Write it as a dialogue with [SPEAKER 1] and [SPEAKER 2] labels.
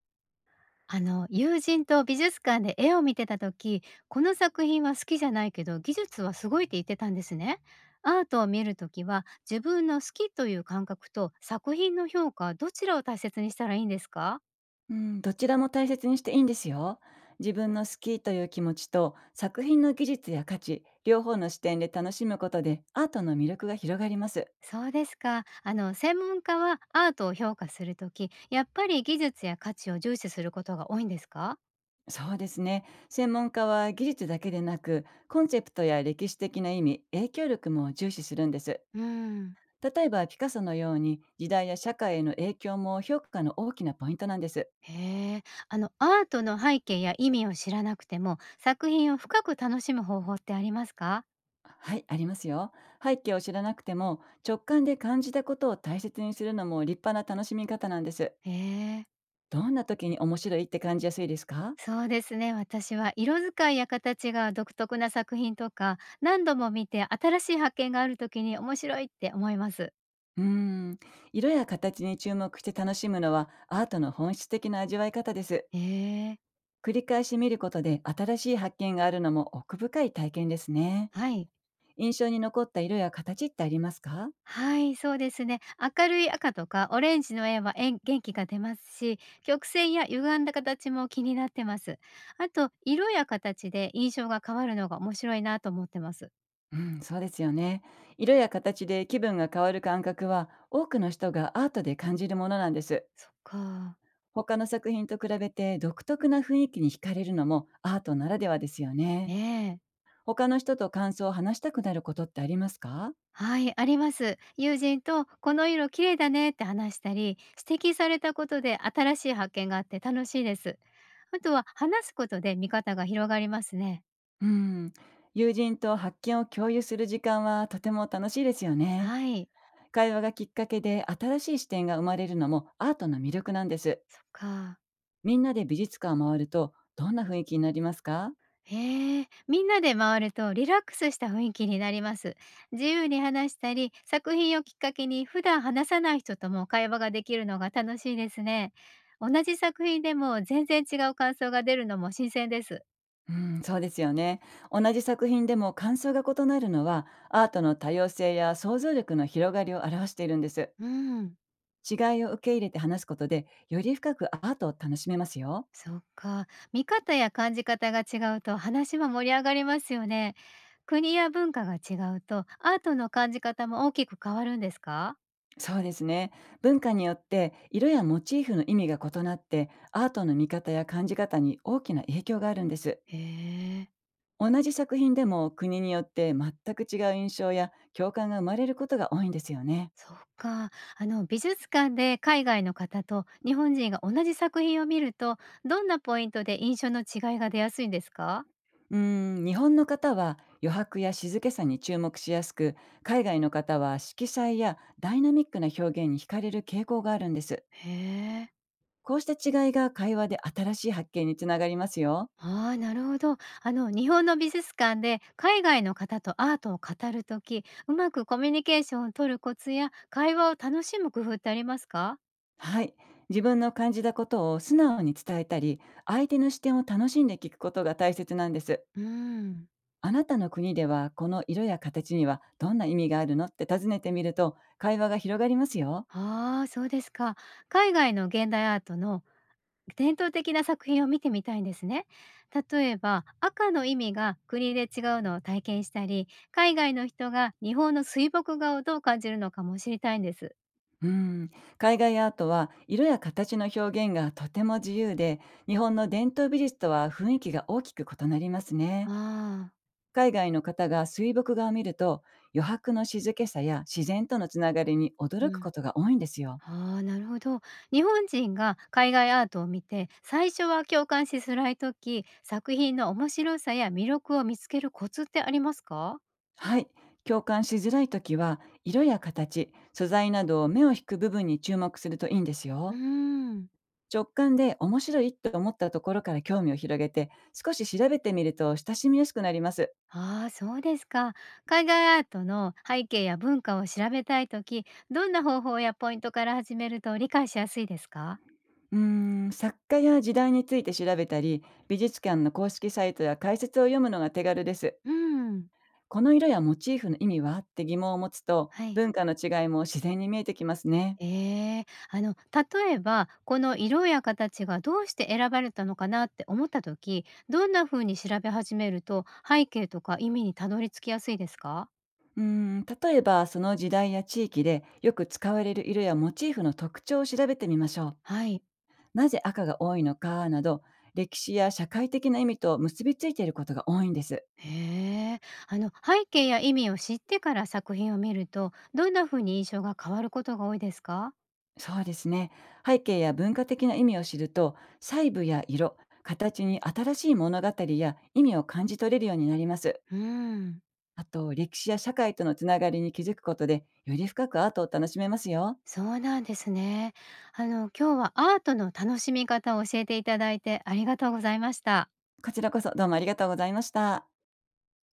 [SPEAKER 1] あの友人と美術館で絵を見てた時、この作品は好きじゃないけど技術はすごいって言ってたんですね。アートを見る時は自分の好きという感覚と作品の評価、どちらを大切にしたらいいんですか？
[SPEAKER 2] うん、どちらも大切にしていいんですよ。自分の好きという気持ちと作品の技術や価値、両方の視点で楽しむことでアートの魅力が広がります。
[SPEAKER 1] そうですか。あの専門家はアートを評価する時やっぱり技術や価値を重視することが多いんですか？
[SPEAKER 2] そうですね。専門家は技術だけでなく、コンセプトや歴史的な意味、影響力も重視するんです。
[SPEAKER 1] うん。
[SPEAKER 2] 例えばピカソのように時代や社会への影響も評価の大きなポイントなんです。
[SPEAKER 1] へえ。あのアートの背景や意味を知らなくても作品を深く楽しむ方法ってありますか？
[SPEAKER 2] はい、ありますよ。背景を知らなくても直感で感じたことを大切にするのも立派な楽しみ方なんです。
[SPEAKER 1] へえ。
[SPEAKER 2] どんな時に面白いって感じやすいですか？
[SPEAKER 1] そうですね。私は色使いや形が独特な作品とか、何度も見て新しい発見があるときに面白いって思います。
[SPEAKER 2] うーん、色や形に注目して楽しむのはアートの本質的な味わい方です。
[SPEAKER 1] ええ。
[SPEAKER 2] 繰り返し見ることで新しい発見があるのも奥深い体験ですね。
[SPEAKER 1] はい。
[SPEAKER 2] 印象に残った色や形ってありますか？
[SPEAKER 1] はい、そうですね。明るい赤とかオレンジの絵は元気が出ますし、曲線や歪んだ形も気になってます。あと、色や形で印象が変わるのが面白いなと思ってます。
[SPEAKER 2] うん、そうですよね。色や形で気分が変わる感覚は多くの人がアートで感じるものなんです。
[SPEAKER 1] そっか。
[SPEAKER 2] 他の作品と比べて独特な雰囲気に惹かれるのもアートならではですよね。
[SPEAKER 1] ええ。
[SPEAKER 2] 他の人と感想を話したくなることってありますか？
[SPEAKER 1] はい、あります。友人とこの色綺麗だねって話したり、指摘されたことで新しい発見があって楽しいです。あとは話すことで見方が広がりますね。
[SPEAKER 2] うん。友人と発見を共有する時間はとても楽しいですよね。
[SPEAKER 1] はい。
[SPEAKER 2] 会話がきっかけで新しい視点が生まれるのもアートの魅力なんです。
[SPEAKER 1] そっか。
[SPEAKER 2] みんなで美術館を回るとどんな雰囲気になりますか？
[SPEAKER 1] へえ、みんなで回るとリラックスした雰囲気になります。自由に話したり、作品をきっかけに普段話さない人とも会話ができるのが楽しいですね。同じ作品でも全然違う感想が出るのも新鮮です。
[SPEAKER 2] うん、そうですよね。同じ作品でも感想が異なるのはアートの多様性や想像力の広がりを表しているんです。
[SPEAKER 1] うん。
[SPEAKER 2] 違いを受け入れて話すことでより深くアートを楽しめますよ。
[SPEAKER 1] そっか。見方や感じ方が違うと話は盛り上がりますよね。国や文化が違うとアートの感じ方も大きく変わるんですか？
[SPEAKER 2] そうですね。文化によって色やモチーフの意味が異なってアートの見方や感じ方に大きな影響があるんです。
[SPEAKER 1] へえ。
[SPEAKER 2] 同じ作品でも国によって全く違う印象や共感が生まれることが多いんですよね。
[SPEAKER 1] そっか。あの美術館で海外の方と日本人が同じ作品を見ると、どんなポイントで印象の違いが出やすいんですか？
[SPEAKER 2] 日本の方は余白や静けさに注目しやすく、海外の方は色彩やダイナミックな表現に惹かれる傾向があるんです。
[SPEAKER 1] へえ。
[SPEAKER 2] こうした違いが会話で新しい発見につながりますよ。
[SPEAKER 1] ああ、なるほど。あの、日本の美術館で海外の方とアートを語るとき、うまくコミュニケーションを取るコツや会話を楽しむ工夫ってありますか？
[SPEAKER 2] はい。自分の感じたことを素直に伝えたり、相手の視点を楽しんで聞くことが大切なんです。
[SPEAKER 1] うん。
[SPEAKER 2] あなたの国ではこの色や形にはどんな意味があるのって尋ねてみると会話が広がりますよ。
[SPEAKER 1] ああー、そうですか。海外の現代アートの伝統的な作品を見てみたいんですね。例えば、赤の意味が国で違うのを体験したり、海外の人が日本の水墨画をどう感じるのかも知りたいんです。
[SPEAKER 2] うん。海外アートは色や形の表現がとても自由で、日本の伝統美術とは雰囲気が大きく異なります
[SPEAKER 1] あ
[SPEAKER 2] ね。
[SPEAKER 1] あ。
[SPEAKER 2] 海外の方が水墨画を見ると余白の静けさや自然とのつながりに
[SPEAKER 1] う
[SPEAKER 2] 驚く
[SPEAKER 1] ん。
[SPEAKER 2] ことが多いんですよ。
[SPEAKER 1] ああ、なるほど。日本人が海外アートを見て、最初は共感しづらい時、作品の面白さや魅力を見つけるコツってありますか？
[SPEAKER 2] はい。共感しづらいときは、色や形、素材などを目を引く部分に注目するといいんです
[SPEAKER 1] うー
[SPEAKER 2] よ。
[SPEAKER 1] ん。
[SPEAKER 2] 直感で面白いと思ったところから興味を広げて、少し調べてみると親しみやすくなります。
[SPEAKER 1] ああ、そうですか。海外アートの背景や文化を調べたい時、どんな方法やポイントから始めると理解しやすいですか？
[SPEAKER 2] うー作家や時代について調べたり、美術館の公式サイトや解説を読むのが手軽です。
[SPEAKER 1] うん。
[SPEAKER 2] この色やモチーフの意味はって疑問を持つと、
[SPEAKER 1] はい。
[SPEAKER 2] 文化の違いも自然に見えてきますね。
[SPEAKER 1] ええ、あの例えばこの色や形がどうして選ばれたのかなって思った時、どんな風に調べ始めると背景とか意味にたどり着きやすいですか？
[SPEAKER 2] 例えばその時代や地域でよく使われる色やモチーフの特徴を調べてみましょう。
[SPEAKER 1] はい。
[SPEAKER 2] なぜ赤が多いのかなど、歴史や社会的な意味と結びついていることが多いんです。
[SPEAKER 1] へえ。あの背景や意味を知ってから作品を見るとどんな風に印象が変わることが多いですか？
[SPEAKER 2] そうですね。背景や文化的な意味を知ると、細部や色、形に新しい物語や意味を感じ取れるようになります。
[SPEAKER 1] うん。
[SPEAKER 2] あと、歴史や社会とのつながりに気づくことで、より深くアートを楽しめますよ。
[SPEAKER 1] そうなんですね。あの今日はアートの楽しみ方を教えていただいてありがとうございました。
[SPEAKER 2] こちらこそどうもありがとうございました。